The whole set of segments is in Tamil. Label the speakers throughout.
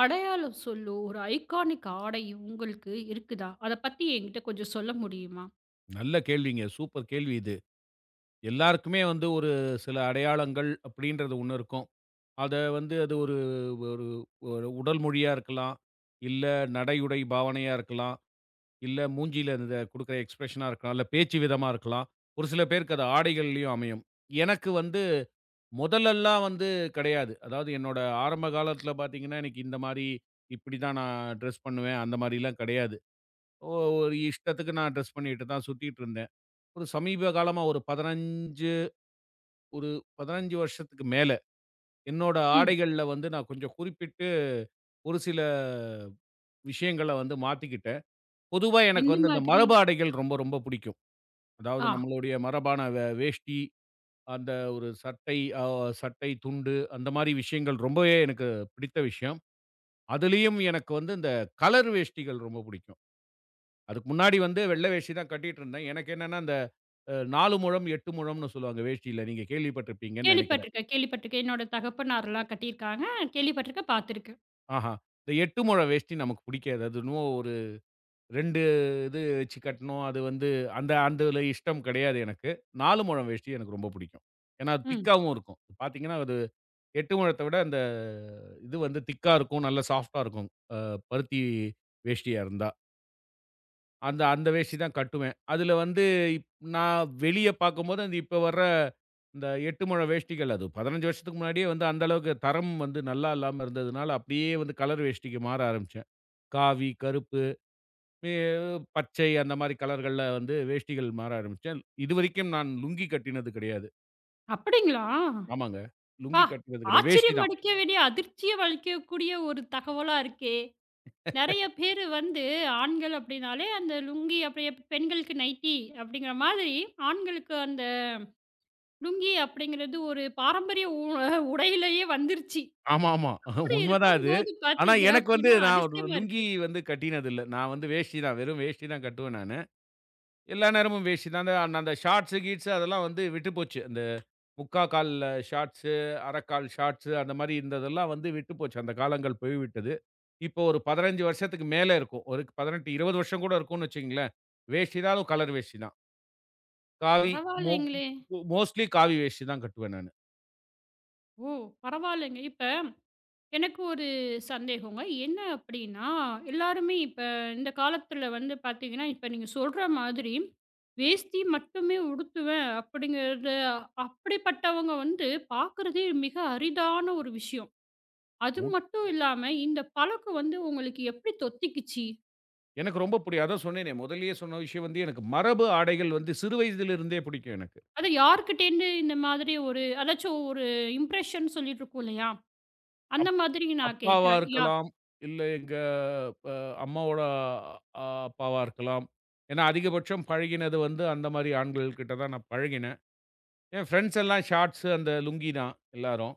Speaker 1: அடையாளம் சொல்லோ, ஒரு ஐகானிக் ஆடை உங்களுக்கு இருக்குதா? அத பத்தி என்கிட்ட கொஞ்சம் சொல்ல முடியுமா?
Speaker 2: நல்ல கேள்விங்க. சூப்பர் கேள்வி இது. எல்லாருக்குமே வந்து ஒரு சில அடையாளங்கள் அப்படின்றது ஒண்ணு இருக்கும். அத வந்து அது ஒரு ஒரு ஒரு உடல் மொழியா இருக்கலாம். இல்ல நடை, உடை, பாவனையா இருக்கலாம். இல்ல மூஞ்சியில இந்த குடுக்குற எக்ஸ்பிரஷனா இருக்கலாம். இல்ல பேச்சு விதமா இருக்கலாம். ஒரு சில பேருக்கு அது ஆடைகள்லயும் அமையும். எனக்கு வந்து முதல்லலாம் வந்து கிடையாது. அதாவது என்னோட ஆரம்ப காலத்தில பார்த்தீங்கன்னா, எனக்கு இந்த மாரி இப்படி தான் நான் ட்ரெஸ் பண்ணுவேன். அந்த மாரிலாம் கிடையாது. ஒ ஒரு இஷ்டத்துக்கு நான் ட்ரெஸ் பண்ணிட்டு தான் சுத்திட்டு இருந்தேன். ஒரு சமீப காலமா ஒரு 15 ஒரு 15 வருஷத்துக்கு மேல, என்னோட
Speaker 1: ம்.
Speaker 2: ஆடைகள்ல வந்து நான் கொஞ்சம் குறிப்பிட்டு ஒரு சில விஷயங்கள வந்து மாத்திக்கிட்டேன். பொதுவா எனக்கு
Speaker 1: எந்த
Speaker 2: வந்து இந்த
Speaker 1: மாதிரி?
Speaker 2: மரபு ஆடைகள் ரொம்ப, ரொம்ப புடிக்கும். அதாவது
Speaker 1: ஆ,
Speaker 2: நம்மளுடைய மரபான வேஷ்டி, அந்த ஒரு சட்டை, துண்டு அந்த மாரி விஷயங்கள் ரொம்பவே எனக்கு பிடித்த விஷயம். அதுலயும் எனக்கு வந்து இந்த கலர் வேஷ்டிகள் ரொம்ப புடிக்கும். அதுக்கு முன்னாடி வந்து வெள்ள வேஷ்டி தான் கட்டிட்டு இருந்தேன். எனக்கு என்னன்னா, அந்த 4 முழம், 8 முழம்னு சொல்லுவாங்க வேஷ்டியில. நீங்க கேள்விப்பட்டிருப்பீங்கன்னு நெனைக்கிறேன்.
Speaker 1: கேள்விப்பட்டுருக்கேன், கேள்விப்பட்டுருக்கேன். என்னோட தகப்பனார்லாம் கட்டியிருக்காங்க. கேள்விப்பட்டுருக்கேன், பார்த்துருக்கேன்.
Speaker 2: ஆஹா. இந்த 8 முழ வேஷ்டி நமக்கு பிடிக்காது. அது என்னமோ ஒரு 2 இது வச்சு கட்டணும். அது வந்து அந்த அதுல இஷ்டம் கிடையாது எனக்கு. 4 முழம் வேஷ்டி எனக்கு ரொம்ப பிடிக்கும். ஏன்னா
Speaker 1: ம்.
Speaker 2: திக்காவும் இருக்கும். பார்த்தீங்கன்னா, அது 8 முழத்த விட அந்த இது வந்து திக்கா இருக்கும். நல்ல சாஃப்ட்டா இருக்கும். அ பருத்தி வேஷ்டியா இருந்தா. அந்த அந்த வேஷ்டி தான் கட்டுவேன். அதுல வந்து இப் நான் வெளிய பார்க்கும்போது, அந்த இப்ப வர்ற இந்த 8 முழ வேஷ்டிகள் அது 15 வருஷத்துக்கு முன்னாடியே வந்து அந்த அளவுக்கு தரம் வந்து நல்லா இல்லாம இருந்ததுனால, அப்படியே வந்து கலர் வேஷ்டிக்கு மாற ஆரம்பிச்சேன். காவி, கருப்பு, மே பச்சை அந்த மாரி கலர்கள்ல வந்து வேஷ்டிகள் மாற ஆரம்பிச்சேன். இதுவரைக்கும் நான் லுங்கி கட்டினது கிடையாது.
Speaker 1: அப்படிங்களா?
Speaker 2: ஆமாங்க.
Speaker 1: பா!
Speaker 2: லுங்கி கட்டினது கிடையாது. வேஷ்டி
Speaker 1: ஆச்சரியம்
Speaker 2: தான்.
Speaker 1: அளிக்க வேண்டிய, அதிர்ச்சிய அளிக்கக்கூடிய ஒரு தகவலா இருக்கே! நெறைய பேரு வந்து ஆண்கள் அப்படின்னாலே, அந்த லுங்கி அப்படியே பெண்களுக்கு நைட்டி அப்படிங்கிற மாதிரி, ஆண்களுக்கு அந்த லுங்கி அப்படிங்கிறது ஒரு பாரம்பரிய உடையிலேயே வந்துருச்சு.
Speaker 2: ஆமா, ஆமா.
Speaker 1: அப்படி
Speaker 2: உண்மதான் அது.
Speaker 1: இருக்கும்போது
Speaker 2: ஆனா
Speaker 1: பார்த்தீங்க
Speaker 2: எனக்கு வந்து
Speaker 1: அப்படின்னா,
Speaker 2: நான் ஒரு
Speaker 1: அதிசயமா
Speaker 2: லுங்கி
Speaker 1: இருக்கு.
Speaker 2: வந்து கட்டினது இல்ல. நான் வந்து வேஷ்டி தான். வெறும் வேஷ்டி தான் கட்டுவேன் நானு. எல்லா நேரமும் வேஷ்டி தான். அந்த அந்த ஷார்ட்ஸு, கீட்ஸு அதெல்லாம் வந்து விட்டு போச்சு. அந்த 3/4 கால் ஷார்ட்ஸு, 1/2 கால் ஷார்ட்ஸு அந்த மாரி இருந்ததெல்லாம் வந்து விட்டு போச்சு. அந்த காலங்கள் போய்விட்டது. இப்போ ஒரு 15 வருஷத்துக்கு மேல இருக்கும். ஒரு 18, 20 வருஷம் கூட இருக்கும்னு வச்சுக்கங்களேன். வேஷ்டி தான், அதுவும் கலர் வேஷ்டி தான். காவி மோ
Speaker 1: பரவாயில்லைங்களே!
Speaker 2: மோஸ்ட்லி காவி வேஷ்டி தான் கட்டுவேன் நானு.
Speaker 1: ஓ! பரவாயில்லைங்க. இப்ப எனக்கு ஒரு சந்தேகங்க. என்ன அப்படின்னா, எல்லாருமே இப்ப இந்த காலத்துல வந்து பார்த்தீங்கன்னா, இப்ப நீங்க சொல்ற மாதிரி வேஷ்டி மட்டுமே உடுத்துவேன் அப்படிங்கிறது அப்படிப்பட்டவங்க வந்து பார்க்குறதே மிக அரிதான ஒரு விஷயம். அது
Speaker 2: உட்
Speaker 1: மட்டும் இல்லாம இந்த பழக்கம் வந்து உங்களுக்கு எப்படி தொத்திக்கிச்சு?
Speaker 2: எனக்கு ரொம்ப புடிக்கும். அதான் சொன்னேனே, முதல்லயே சொன்ன விஷயம் வந்து எனக்கு மரபு ஆடைகள் வந்து சிறு வயதிலிருந்தே பிடிக்கும் எனக்கு.
Speaker 1: அது யார்கிட்டேருந்து இந்த மாதிரி ஒரு அதாச்சும் ஒரு இம்ப்ரஷன் சொல்லிட்டு இருக்கோம் இல்லையா? அந்த
Speaker 2: அப்
Speaker 1: மாதிரி நான்
Speaker 2: அப்பாவா
Speaker 1: கேட்குறேன்.
Speaker 2: இருக்கலாம். இல்ல எங்க அ அம்மாவோட அப்பாவா இருக்கலாம். ஏன்னா அதிகபட்சம் பழகினது வந்து அந்த மாரி ஆண்கள் கிட்ட தான் நான் பழகினேன். என் ஃப்ரெண்ட்ஸ் எல்லாம் ஷார்ட்ஸ் அந்த லுங்கி தான் எல்லாரும்.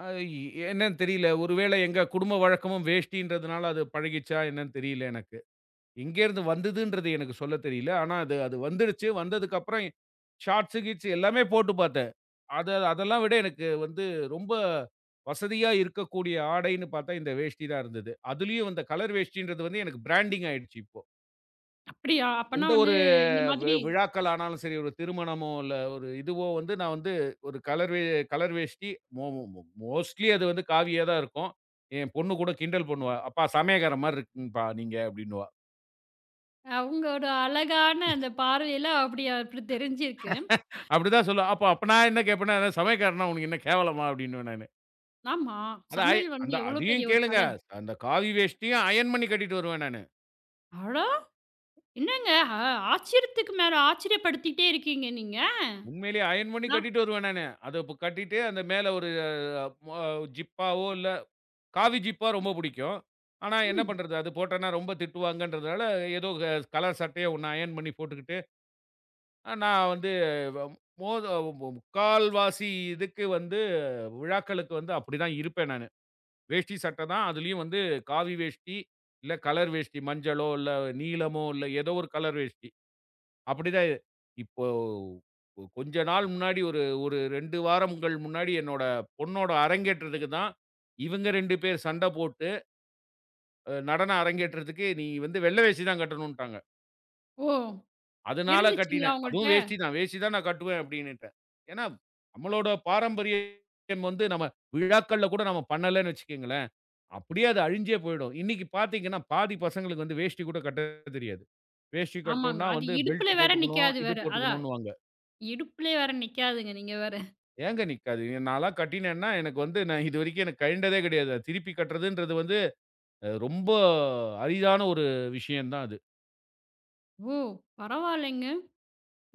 Speaker 2: அ என்னன்னு தெரியல. ஒருவேளை எங்க குடும்ப வழக்கமும் வேஷ்டின்றதுனால அது பழகிச்சா என்னன்னு தெரியல எனக்கு. எங்கேருந்து வந்ததுன்றது எனக்கு சொல்ல தெரியல. ஆனா அது அது வந்துடுச்சு. வந்ததுக்கப்புறம் ஷார்ட்ஸ், கீட்ஸ் எல்லாமே போட்டு பார்த்தேன். அது அதெல்லாம் விட எனக்கு வந்து ரொம்ப வசதியா இருக்கக்கூடிய ஆடைன்னு பார்த்தா, இந்த வேஷ்டி தான் இருந்தது. அதுலயும் இந்த கலர் வேஷ்டின்றது வந்து எனக்கு பிராண்டிங் ஆயிடுச்சு இப்போ.
Speaker 1: அப்படியா? அப்பன்னா
Speaker 2: எந்த
Speaker 1: வந்து
Speaker 2: ஒரு
Speaker 1: இந்த
Speaker 2: வி
Speaker 1: மாதிரி
Speaker 2: விழாக்கள் ஆனாலும் சரி, ஒரு திருமணமோ, இல்ல ஒரு இதுவோ வந்து நான் வந்து ஒரு கலர் வேஷ்டி மோ மோ மோஸ்ட்லி அது வந்து காவியா தான் இருக்கும். என் பொண்ணு கூட கிண்டல் பண்ணுவா. "அப்பா சமயக்காரன் மாரி இருக்குங்கப்பா நீங்க" அப்படின்னுவா.
Speaker 1: அவங்களோட அழகான அந்த பார்வையில அப்படி அப்படி தெரிஞ்சிருக்கு.
Speaker 2: அப்படிதான் சொல்லுவா. அப்ப அப்ப நான் என்ன கேட்பேன்னா, "சமயக்காரன்னா உனக்கு என்ன கேவலமா?" அப்படின்னுவேன் நானு.
Speaker 1: ஆமா.
Speaker 2: அத அய
Speaker 1: சமையல் வந்து
Speaker 2: அந்த
Speaker 1: எவ்வளோ
Speaker 2: அதையும்
Speaker 1: பெரிய ஒரு
Speaker 2: கேளுங்க.
Speaker 1: கலை.
Speaker 2: அந்த காவி வேஷ்டியும் அயர்ன் பண்ணி கட்டிட்டு வருவேன் நானு.
Speaker 1: அட! என்னங்க அ ஆச்சரியத்துக்கு மேல ஆச்சரியப்படுத்திட்டே இருக்கீங்க நீங்க.
Speaker 2: உண்மையிலேயே அயர்ன் பண்ணி
Speaker 1: நான்
Speaker 2: கட்டிட்டு வருவேன் நானு. அத இப்ப கட்டிட்டு அந்த மேல ஒரு மொ ஜிப்பாவோ இல்ல காவி ஜிப்பா ரொம்ப புடிக்கும். ஆனா என்ன
Speaker 1: ம்.
Speaker 2: பண்றது? அது போட்டோம்னா ரொம்ப திட்டுவாங்கன்றதுனால, ஏதோ கலர் சட்டைய ஒண்ணு அயர்ன் பண்ணி போட்டுக்கிட்டு, நான் வந்து வ மோத மு முக்கால்வாசி இதுக்கு வந்து விழாக்களுக்கு வந்து அப்படிதான் இருப்பேன் நானு. வேஷ்டி சட்டை தான். அதுலயும் வந்து காவி வேஷ்டி, இல்ல கலர் வேஷ்டி. மஞ்சளோ, இல்ல நீலமோ, இல்ல ஏதோ ஒரு கலர் வேஷ்டி. அப்படிதான் இது. இப்போ கொஞ்ச நாள் முன்னாடி ஒரு ஒரு 2 வாரங்கள் முன்னாடி என்னோட பொண்ணோட அரங்கேற்றத்துக்கு தான், இவங்க 2 பேர் சண்ட போட்டு, நடன அரங்கேற்றத்துக்கு "நீ வந்து வெள்ள வேஷ்டி தான் கட்டணும்ன்ட்டாங்க."
Speaker 1: ஓ!
Speaker 2: அதனால
Speaker 1: இருந்துச்சுங்களா
Speaker 2: கட்டினேன். அதுவும்
Speaker 1: உங்கள்ட்ட?
Speaker 2: வேஷ்டி தான். "வேஷ்டி தான் நான் கட்டுவேன்" அப்படின்னுட்டேன். ஏன்னா, நம்மளோட பாரம்பரியம் வந்து நம்ம விழாக்கள்ல கூட நம்ம பண்ணலன்னு வச்சுக்கங்களேன், அப்படியே அது அழிஞ்சே போயிடும். இன்னைக்கு பார்த்தீங்கன்னா, பாதி பசங்களுக்கு வந்து வேஷ்டி கூட கட்ட தெரியாது. வேஷ்டி
Speaker 1: ஆமாங்க.
Speaker 2: கட்டணும்னா
Speaker 1: அது
Speaker 2: வந்து
Speaker 1: இடுப்புல
Speaker 2: பெல்ட்
Speaker 1: வேற
Speaker 2: போட்டுக்கணும்,
Speaker 1: நிக்காது
Speaker 2: இது
Speaker 1: வேற. அதான்
Speaker 2: போட்டுக்கணும்னுவாங்க.
Speaker 1: இடுப்புலே வேற நிக்காதுங்க நீங்க வேற.
Speaker 2: ஏங்க நிக்காது? நான்லாம் கட்டினேன்னா, எனக்கு வந்து நான் இதுவரைக்கும் எனக்கு கழண்டதே கிடையாது. அத திருப்பி கட்டுறதுன்றது வந்து ரொம்ப அரிதான ஒரு விஷயம் தான் அது.
Speaker 1: ஓ! பரவாயில்லைங்க.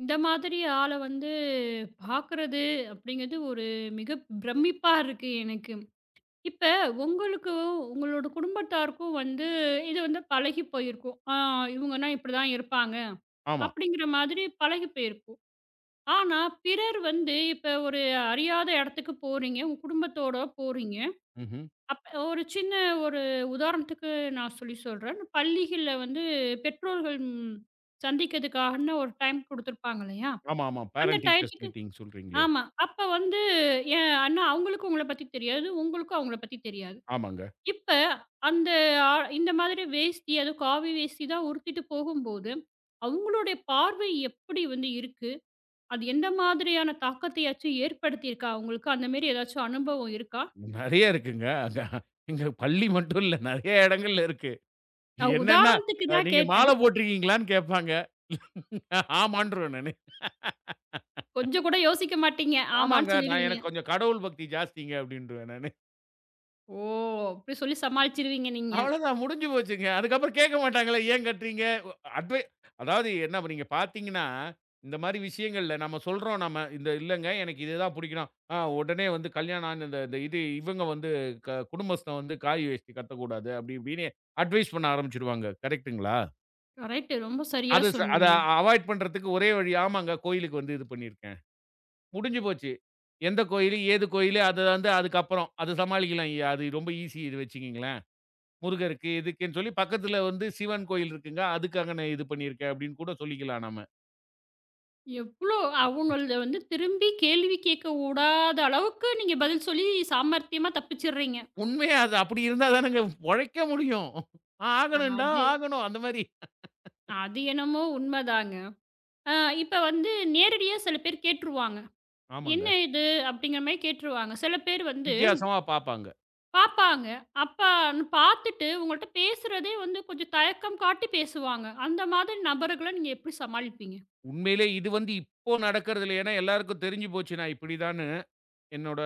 Speaker 1: இந்த மாதிரி ஆள வந்து பார்க்குறது அப்படிங்கிறது ஒரு மிக பிரமிப்பா இருக்கு எனக்கு. இப்ப உங்களுக்கு உங்களோட குடும்பத்தாருக்கும் வந்து இது வந்து பழகி போயிருக்கும். ஆ, இவங்கன்னா இப்படிதான் இருப்பாங்க.
Speaker 2: ஆமா.
Speaker 1: அப்படிங்கிற மாதிரி பழகி போயிருக்கும். ஆனா பிறர் வந்து இப்ப ஒரு அறியாத இடத்துக்கு போறீங்க. உங்க குடும்பத்தோட போறீங்க.
Speaker 2: ம்ஹ்ம்.
Speaker 1: அப்ப ஒரு சின்ன ஒரு உதாரணத்துக்கு நான் சொல்லி சொல்றேன். பள்ளிகள்ல வந்து பெற்றோர்கள் ம் சந்திக்கிறதுக்காகன்னு ஒரு டைம் குடுத்துருப்பாங்க இல்லையா?
Speaker 2: ஆமா, ஆமா.
Speaker 1: அந்த
Speaker 2: பேரன்ட் டீச்சர்ஸ்
Speaker 1: டயத்துக்கு
Speaker 2: மீட்டிங் சொல்றீங்களே.
Speaker 1: ஆமா. அப்ப வந்து என் ஆனா அவங்களுக்கும் உங்கள பத்தி தெரியாது. உங்களுக்கும் அவங்கள பத்தி தெரியாது.
Speaker 2: ஆமாங்க.
Speaker 1: இப்ப அந்த ஆ இந்த மாதிரி வேஷ்டி, அதுவும் காவி வேஷ்டி தான் உடுத்திட்டு போகும்போது, அவங்களுடைய பார்வை எப்படி வந்து இருக்கு? அது எந்த மாதிரியான தாக்கத்தையாச்சும் ஏற்படுத்தியிருக்கா உங்களுக்கு? அந்த மாரி ஏதாச்சும் அனுபவம் இருக்கா?
Speaker 2: நெறைய இருக்குங்க. அங்க எங்க பள்ளி மட்டும் இல்ல. நெறைய இடங்கள்ல இருக்கு.
Speaker 1: நான்
Speaker 2: என்னன்னா,
Speaker 1: உதாரணத்துக்கு தான்
Speaker 2: "நீங்க
Speaker 1: கேட்டேன்.
Speaker 2: மாலை போட்டிருக்கீங்களான்னு?" கேட்பாங்க. ஆமான்றுவேன் நானு.
Speaker 1: கொஞ்சம் கூட யோசிக்க மாட்டீங்க.
Speaker 2: ஆமாங்க.
Speaker 1: ஆமான்னு
Speaker 2: நான்
Speaker 1: சொல்லிருவீங்க.
Speaker 2: எனக்கு கொஞ்சம் கடவுள் பக்தி ஜாஸ்திங்க அப்டின்றுவேன் நானு.
Speaker 1: ஓ! அப்படி சொல்லி சமாளிச்சுருவீங்க நீங்க.
Speaker 2: அவ்வளதான் முடிஞ்சு போச்சுங்க. அதுக்கப்புறம் கேட்க மாட்டாங்களே, ஏன் கட்றீங்க? ஒ அட்வை அதாவது என்ன இப்ப நீங்க பார்த்தீங்கன்னா, இந்த மாரி விஷயங்கள்ல நம்ம சொல்றோம் நம்ம, இந்த இல்லங்க எனக்கு இதுதான் பிடிக்கும். ஆ உடனே வந்து கல்யாணம் ஆன இந்த இந்த இது இவங்க வந்து குடும்பஸ்தன் வந்து காய் வேஷ்டி கட்டக்கூடாது அப்படி இப்படின்னு அட்வைஸ் பண்ண ஆரம்பிச்சுருவாங்க. கரெக்ட்டுங்களா?
Speaker 1: கரெக்ட்டு. ரொம்ப சரியா
Speaker 2: அது ச அத
Speaker 1: சொன்னீங்க.
Speaker 2: அவாய்ட் பண்றதுக்கு ஒரே வழி, ஆமாங்க கோயிலுக்கு வந்து இது பண்ணியிருக்கேன். முடிஞ்சு போச்சு. எந்த கோயிலு, ஏது கோயிலு அது வந்து அதுக்கப்புறம். அது சமாளிக்கலாம். ஐயா, அது ரொம்ப ஈஸி இது வச்சுக்கங்களேன். முருகருக்கு, இதுக்குன்னு சொல்லி பக்கத்துல வந்து சிவன் கோயில் இருக்குங்க. அதுக்காக நான் இது பண்ணியிருக்கேன் அப்படின்னு கூட சொல்லிக்கலாம் நம்ம.
Speaker 1: எவ்ளோ அவங்கள வந்து திரும்பி கேள்வி கேட்க உடாத அளவுக்கு நீங்க பதில் சொல்லி சாமர்த்தியமா தப்பிச்சுடுறீங்க.
Speaker 2: உண்மையா அது அப்படி இருந்தா தானங்க பொழைக்க முடியும். ஆகணும்டா
Speaker 1: அது
Speaker 2: ஆகணும். அந்த மாரி.
Speaker 1: அது என்னமோ உண்மதாங்க. ஆ, இப்ப வந்து நேரடியா சில பேர் கேட்டுருவாங்க.
Speaker 2: ஆமாங்க.
Speaker 1: "என்ன இது?" அப்படிங்கிற மாரி கேட்டுருவாங்க. சில பேர் வந்து
Speaker 2: வித்தியாசமா பார்ப்பாங்க.
Speaker 1: பாப்பாங்க. அப்பான்னு பார்த்துட்டு உங்கள்ட்ட பேசுறதே வந்து கொஞ்சம் தயக்கம் காட்டி பேசுவாங்க. அந்த மாதிரி நபர்கள நீங்க எப்படி சமாளிப்பீங்க?
Speaker 2: உண்மையிலே இது வந்து இப்போ நடக்கறதில்ல. ஏன்னா எல்லாருக்கும் தெரிஞ்சு போச்சு நான் இப்படிதான்னு. என்னோட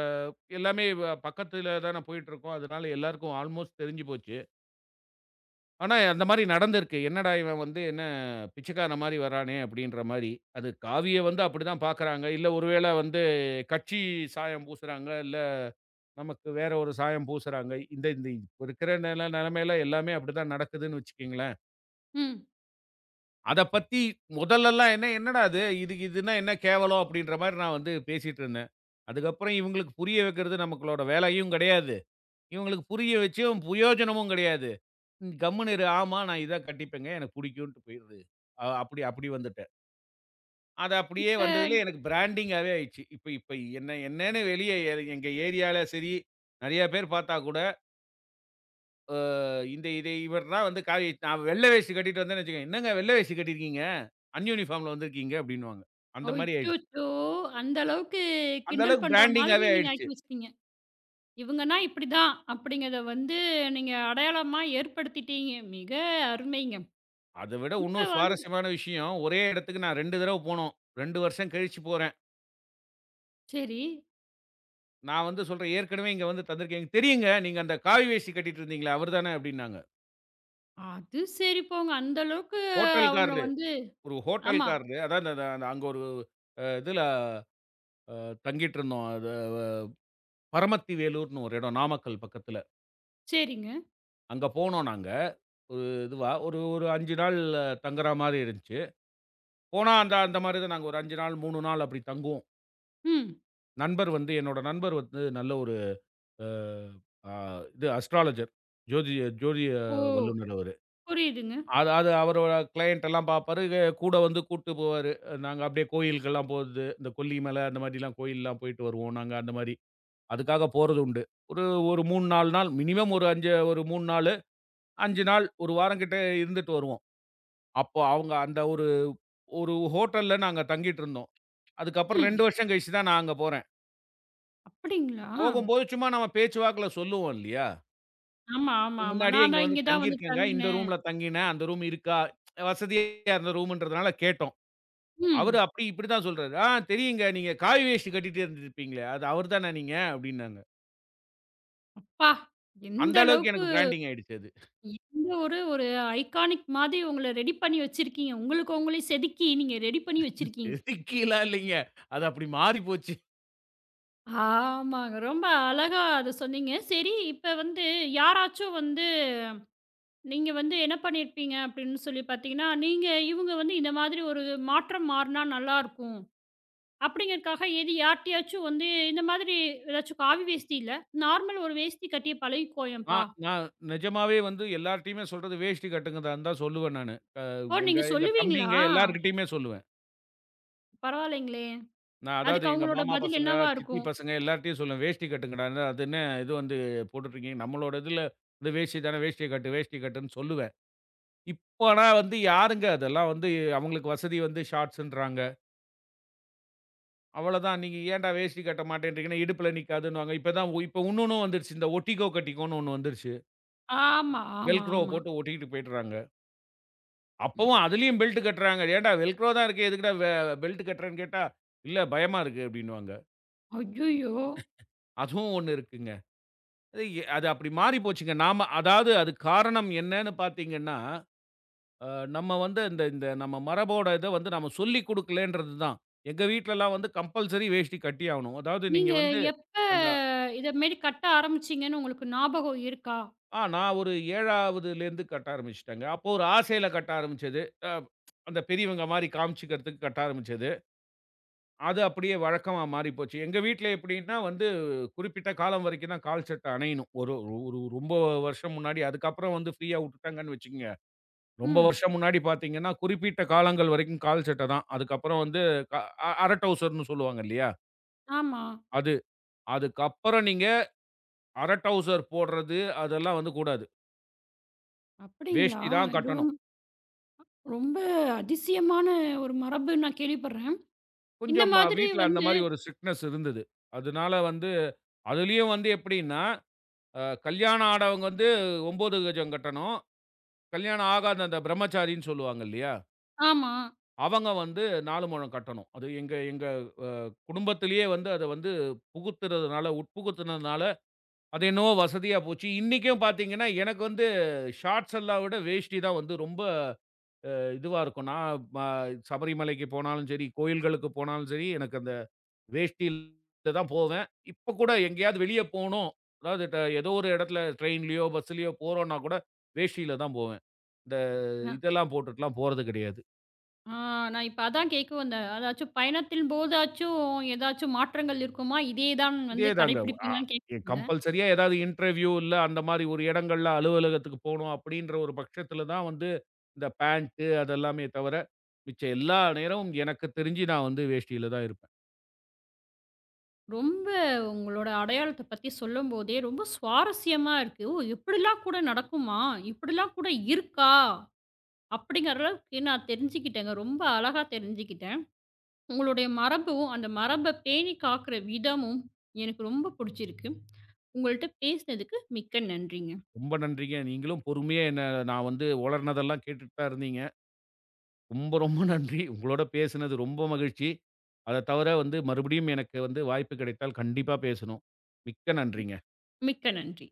Speaker 2: எல்லாமே பக்கத்துல தான போயிட்டுருக்கோம். அதனால எல்லாருக்கும் ஆல்மோஸ்ட் தெரிஞ்சு போச்சு. ஆனா, அந்த மாரி நடந்திருக்கு. என்னடா இவன் வந்து என்ன பிச்சைக்காரன் மாரி வரானே! அப்பிடின்ற மாரி. அது காவிய வந்து அப்பிடிதான் பார்க்குறாங்க. இல்ல ஒருவேள வந்து கட்சி சாயம் பூசுறாங்க. இல்ல நமக்கு வேற ஒரு சாயம் பூசுறாங்க. இந்த இந்த இப்ப இருக்கிற நிலைமையில எல்லாமே அப்பிடிதான் நடக்குதுன்னு வச்சுக்கங்களேன்.
Speaker 1: ம்.
Speaker 2: அத பத்தி முதல்லலாம் என்ன என்னடா இது? இது இதுன்னா என்ன கேவலம் அப்பிடின்ற மாரி நான் வந்து பேசிட்டு இருந்தேன். அதுக்கப்புறம் இவுங்களுக்கு புரிய வைக்கிறது நமக்களோட வேலையும் கிடையாது. இவுங்களுக்கு புரிய வச்சும் பிரயோஜனமும் கிடையாது. கம்முனு இரு. ஆமா, நான் இதான் கட்டிப்பேங்க. எனக்கு புடிக்குன்ட்டு போயிருது. அ அப்படி அப்படி வந்துட்டேன். அது அப்படியே
Speaker 1: இப்ப
Speaker 2: வந்ததுல எனக்கு பிராண்டிங்காவே ஆயிடுச்சு. இப்ப இப்ப என்ன என்னன்னு வெளிய எங்க ஏரியால சரி, நெறைய பேர் பார்த்தா கூட, இந்த இத இவர் தான் வந்து காவி நான் வெள்ள வேஷ்டி கட்டிட்டு வந்தேன்னு வச்சுக்கோங்க. "என்னங்க வெள்ள வேஷ்டி கட்டியிருக்கீங்க? அன்யூனிஃபார்ம்ல வந்திருக்கீங்க" அப்படின்னுவாங்க. அந்த மாரி ஆயிடுச்சு.
Speaker 1: அச்சச்சோ! அந்த அளவுக்கு
Speaker 2: அந்த
Speaker 1: கிண்டல்
Speaker 2: அளவுக்கு
Speaker 1: பண்ற மாதிரி
Speaker 2: பிராண்டிங்காவே
Speaker 1: நீங்க
Speaker 2: ஆயிடுச்சு.
Speaker 1: ஆக்கி வச்சுட்டீங்க. இவங்கன்னா இப்படிதான் அப்படிங்கிறத வந்து நீங்க அடையாளமா ஏற்படுத்திட்டீங்க. மிக அருமைங்க.
Speaker 2: அத விட
Speaker 1: இப்ப
Speaker 2: இன்னொரு
Speaker 1: வந்து
Speaker 2: சுவாரஸ்யமான விஷயம், ஒரே இடத்துக்கு நான் 2 தடவ போனோம். 2 வருஷம் கழிச்சு போறேன்.
Speaker 1: சரி.
Speaker 2: நான் வந்து சொல்றேன், "ஏற்கனவே இங்க வந்து தந்திருக்கீங்க தெரியுங்க. நீங்க அந்த காவி வேஷ்டி கட்டிட்டு இருந்தீங்களே அவரு தானே" அப்டின்னாங்க.
Speaker 1: அது சரி போங்க. அந்த அளவுக்கு அவங்கள
Speaker 2: ஹோட்டல்காரரு.
Speaker 1: வந்து
Speaker 2: ஒரு
Speaker 1: ஆமா.
Speaker 2: ஹோட்டல்காரரு. அதான் அந்த அந்த அங்க ஒரு அ இதுல அ தங்கிட்டு இருந்தோம். அது வ பரமத்தி வேலூர்ன்னு ஒரு இடம். நாமக்கல் பக்கத்துல.
Speaker 1: சரிங்க.
Speaker 2: அங்க போனோம் நாங்க. ஒரு இதுவா ஒரு ஒரு 5 நாள் தங்குற மாரி இருந்துச்சு. போனா அந்த அந்த மாரி தான் நாங்க ஒரு 5 நாள், 3 நாள் அப்டி தங்குவோம்.
Speaker 1: ம்.
Speaker 2: நண்பர் வந்து என்னோட நண்பர் வந்து நல்ல ஒரு அ அ இது அஸ்ட்ராலஜர். ஜோதிய ஜோதிய
Speaker 1: ஓ!
Speaker 2: வல்லுநர் அவரு.
Speaker 1: புரியுதுங்க.
Speaker 2: அது அது அவரோட கிளையண்ட் எல்லாம் பார்ப்பாரு. கூட வந்து கூட்டு போவாரு. நாங்க அப்படியே கோயிலுக்கெல்லாம் போறது, இந்த கொல்லிமலை அந்த மாதிரிலாம் கோயில்லாம் போயிட்டு வருவோம் நாங்க அந்த மாரி. அதுக்காக போறது உண்டு. ஒரு ஒரு 3, 4 நாள் மினிமம் ஒரு 5 ஒரு 3 நாளு, 5 நாள், 1 வாரம் கிட்ட இருந்துட்டு வருவோம். அப்போ அவங்க அந்த ஒரு ஒரு ஹோட்டல்ல நாங்க தங்கிட்டு இருந்தோம். அதுக்கப்புறம்
Speaker 1: ம்.
Speaker 2: 2 வருஷம் கழிச்சு தான் நான் அங்க போறேன்.
Speaker 1: அப்படிங்களா?
Speaker 2: போகும்போது சும்மா நம்ம பேச்சுவாக்குல சொல்லுவோம் இல்லையா?
Speaker 1: ஆமா, ஆமா, ஆமா.
Speaker 2: முன்னாடியே
Speaker 1: நான்
Speaker 2: இங்க
Speaker 1: தான்
Speaker 2: வந்து
Speaker 1: இங்க தான் வந்து
Speaker 2: தங்கியிருக்கேங்க. இந்த
Speaker 1: தங்குனேன்.
Speaker 2: ரூம்ல தங்கினேன். அந்த ரூம் இருக்கா? வசதியா இருந்த ரூம்ன்றதுனால கேட்டோம். அவரு
Speaker 1: ம்.
Speaker 2: அப்படி இப்படி தான் சொல்றாரு. "ஆ தெரியுங்க. நீங்க காவி வேஷ்டி கட்டிட்டு இருந்திருப்பீங்களே! அது அவர் தானா நீங்க?" அப்படின்னாங்க.
Speaker 1: அப்பா! எந்த
Speaker 2: அந்த அளவுக்கு
Speaker 1: அளவுக்கு
Speaker 2: எனக்கு பிராண்டிங் ஆயிடுச்சு அது.
Speaker 1: எந்த ஒரு ஒரு ஐகானிக் மாதிரி உங்கள ரெடி பண்ணி வச்சிருக்கீங்க. உங்களுக்கு உங்களே செதுக்கி நீங்க ரெடி பண்ணி வச்சிருக்கீங்க.
Speaker 2: செதுக்கிலாம் இல்லைங்க. அது அப்படி மாறி போச்சு.
Speaker 1: ஆமாங்க. ரொம்ப அழகா அத சொன்னீங்க. சரி, இப்ப வந்து யாராச்சும் வந்து நீங்க வந்து என்ன பண்ணியிருப்பீங்க அப்படின்னு சொல்லி பார்த்தீங்கன்னா, நீங்க இவங்க வந்து இந்த மாதிரி ஒரு மாற்றம் மாறுனா நல்லாருக்கும். அப்படிங்கிறதுக்காக எது யார்ட்டயாச்சும் வந்து இந்த மாதிரி ஏதாச்சும் காவி வேஷ்டி இல்ல, நார்மல் ஒரு வேஷ்டி கட்டி பழகிக்கோயேன்ப்பா.
Speaker 2: நான் நான் நிஜமாவே வந்து எல்லார்ட்டயுமே சொல்றது வேஷ்டி கட்டுங்கதான்னு தான் சொல்லுவேன் நானு.
Speaker 1: ஓ!
Speaker 2: எங்க
Speaker 1: நீங்க
Speaker 2: எங்க
Speaker 1: சொல்லுவீங்களா?
Speaker 2: தம்பிங்க எல்லார்கிட்டயுமே சொல்லுவேன்.
Speaker 1: பரவாயில்லைங்களே!
Speaker 2: நான் அதாவது
Speaker 1: அதுக்கு
Speaker 2: எங்க
Speaker 1: அவங்களோட
Speaker 2: மாமா
Speaker 1: பதில்
Speaker 2: பசங்க,
Speaker 1: என்னவா
Speaker 2: சித்தி
Speaker 1: இருக்கும்?
Speaker 2: பசங்க எல்லார்ட்டயும் சொல்லுவேன். "வேஷ்டி கட்டுங்கடா. என்ன அது என்ன இது வந்து போட்டுட்டுருக்கீங்க? நம்மளோட இதுல இது வேஷ்டி தானே. வேஷ்டிய கட்டு, வேஷ்டி கட்டுன்னு" சொல்லுவேன். இப்போ ஆனா வந்து யாருங்க அதெல்லாம் வந்து அவங்களுக்கு வசதி வந்து ஷார்ட்ஸ்ன்றாங்க. அவ்வளதான். நீங்க ஏன்டா வேஷ்டி கட்ட மாட்டேன்றீங்கன்னா, இடுப்புல நிக்காதுன்னுவாங்க. இப்ப தான் இப்ப இன்னொன்னு வந்துருச்சு. இந்த ஒட்டிக்கோ கட்டிக்கோன்னு ஒண்ணு வந்துருச்சு.
Speaker 1: ஆமா, ஆமா,
Speaker 2: வெல்க்ரோவ
Speaker 1: ஆமா.
Speaker 2: போட்டு ஒட்டிக்கிட்டு போயிடுறாங்க. அப்பவும் அதிலயும் பெல்ட் கட்டுறாங்க. ஏன்டா வெல்க்ரோ தான் இருக்கு. எதுக்குடா பெல்ட் கட்டுறேன்னு கேட்டா, இல்ல பயமா இருக்கு அப்டின்னுவாங்க.
Speaker 1: ஐய்யயோ!
Speaker 2: அதுவும் ஒண்ணு இருக்குங்க. அது அப்படி மாறி போச்சுங்க. நாம அதாவது அது காரணம் என்னன்னு பார்த்தீங்கன்னா, அ நம்ம வந்து இந்த இந்த நம்ம மரபோட இத வந்து நம்ம சொல்லிக் குடுக்கலன்றது தான். எங்க வீட்லலாம் வந்து கம்பல்சரி வேஷ்டி கட்டியாகணும். அதாவது நீங்க
Speaker 1: நீங்க
Speaker 2: வந்து
Speaker 1: எப்ப
Speaker 2: அந்த
Speaker 1: இத மாரி கட்ட ஆரம்பிச்சீங்கன்னு உங்களுக்கு ஞாபகம் இருக்கா?
Speaker 2: நான் ஒரு 7வதுலேருந்து கட்ட ஆரம்பிச்சுட்டேங்க. அப்போ ஒரு ஆசையில கட்ட ஆரம்பிச்சது. அ அந்த பெரியவங்க மாரி காமிச்சுக்கிறதுக்கு கட்ட ஆரம்பிச்சது. அது அப்படியே வழக்கமா மாறி போச்சு. எங்க வீட்ல எப்படின்னா வந்து குறிப்பிட்ட காலம் வரைக்கும் தான் கால் சட்டை அணியணும். ஒரு ஒரு ஒரு ரொம்ப வருஷம் முன்னாடி அதுக்கப்புறம் வந்து ஃப்ரீயா வுட்டுட்டாங்கன்னு வச்சுக்கங்க. ரொம்ப
Speaker 1: ம்.
Speaker 2: வருஷம் முன்னாடி பார்த்தீங்கன்னா, குறிப்பிட்ட காலங்கள் வரைக்கும் கால் சட்டை தான். அதுக்கப்புறம் வந்து க அ அரை டவுசர்ன்னு சொல்லுவாங்க இல்லையா?
Speaker 1: ஆமா.
Speaker 2: அது. அதுக்கப்புறம் நீங்க அரை டவுசர் போடுறது அதெல்லாம் வந்து கூடாது.
Speaker 1: அப்படிங்களா?
Speaker 2: வேஷ்டி தான்
Speaker 1: இது
Speaker 2: கட்டணும்.
Speaker 1: ரொம் ரொம்ப அதிசயமான ஒரு மரபு நான் கேள்விப்படுறேன். இந்த
Speaker 2: கொஞ்சம்
Speaker 1: மாதிரி
Speaker 2: வீட்ல அந்த
Speaker 1: வந்து
Speaker 2: மாரி ஒரு ஸ்ட்ரிக்ட்னெஸ் இருந்தது. அதனால வந்து அதிலயும் வந்து எப்படின்னா, கல்யாணம் ஆனவங்க வந்து 9 கஜம் கட்டணும். கல்யாணம் ஆகாத அந்த பிரம்மச்சாரின்னு சொல்லுவாங்க இல்லையா?
Speaker 1: ஆமா.
Speaker 2: அவங்க வந்து 4 முழம் கட்டணும். அது எங்க எங்க குடும்பத்திலேயே வந்து அத வந்து புகுத்துறதுனால, உட்புகுத்துனதுனால, அது என்னவோ வசதியா போச்சு. இன்னைக்கும் பார்த்தீங்கன்னா, எனக்கு வந்து ஷார்ட்ஸ் எல்லாம் விட வேஷ்டி தான் வந்து ரொம்ப இதுவா இருக்கும். நான் சபரிமலைக்கு போனாலும் சரி, கோயில்களுக்கு போனாலும் சரி, எனக்கு அந்த வேஷ்டியில தான் போவேன். இப்ப கூட எங்கேயாவது வெளிய போணும். அதாவது ஏதோ ஒரு இடத்துல ட்ரெயின்லயோ, பஸ்லயோ போறோம்னா கூட வேஷ்டியில தான் போவேன். இந்த இதெல்லாம் போட்டுட்டுலாம் போறது கிடையாது.
Speaker 1: ஆ, நான் இப்ப அதான் கேட்க வந்தேன். அதாச்சும் பயணத்தின் போதாச்சும் ஏதாச்சும் மாற்றங்கள் இருக்குமா? இதே தான்
Speaker 2: இதே
Speaker 1: வந்து
Speaker 2: தாங்க. அ
Speaker 1: கடைப்பிடிப்பீங்களான்னு கேட்க வந்தேன்.
Speaker 2: கம்பல்சரியா ஏதாவது இன்டர்வியூ இல்ல அந்த மாரி ஒரு இடங்கள்ல அலுவலகத்துக்கு போணும் அப்படின்ற ஒரு பட்சத்துல தான் வந்து இந்த பேண்ட் அதெல்லாமே தவிர, மிச்ச எல்லா நேரமும் எனக்கு தெரிஞ்சு நான் வந்து வேஷ்டியில தான் இருப்பேன்.
Speaker 1: ரொம்ப உங்களோட அடையாளத்த பத்தி சொல்லும்போதே ரொம்ப சுவாரஸ்யமா இருக்கு. ஓ! இப்படிலாம் கூட நடக்குமா? இப்படிலாம் கூட இருக்கா? அப்படிங்கிற அளவுக்கு நான் தெரிஞ்சுக்கிட்டேங்க. ரொம்ப அழகா தெரிஞ்சுக்கிட்டேன். உங்களுடைய மரபும், அந்த மரப பேணி காக்கிற விதமும் எனக்கு ரொம்ப புடிச்சிருக்கு. உங்கள்ட்ட பேசினதுக்கு மிக்க நன்றிங்க.
Speaker 2: ரொம்ப நன்றிங்க. நீங்களும் பொறுமையா என்ன நான் வந்து உளறுனதெல்லாம் கேட்டுட்டு தான் இருந்தீங்க. ரொம்ப ரொம்ப நன்றி. உங்களோட பேசினது ரொம்ப மகிழ்ச்சி. அத தவிர வந்து மறுபடியும் எனக்கு வந்து வாய்ப்பு கிடைத்தால் கண்டிப்பா பேசணும். மிக்க நன்றிங்க.
Speaker 1: மிக்க நன்றி.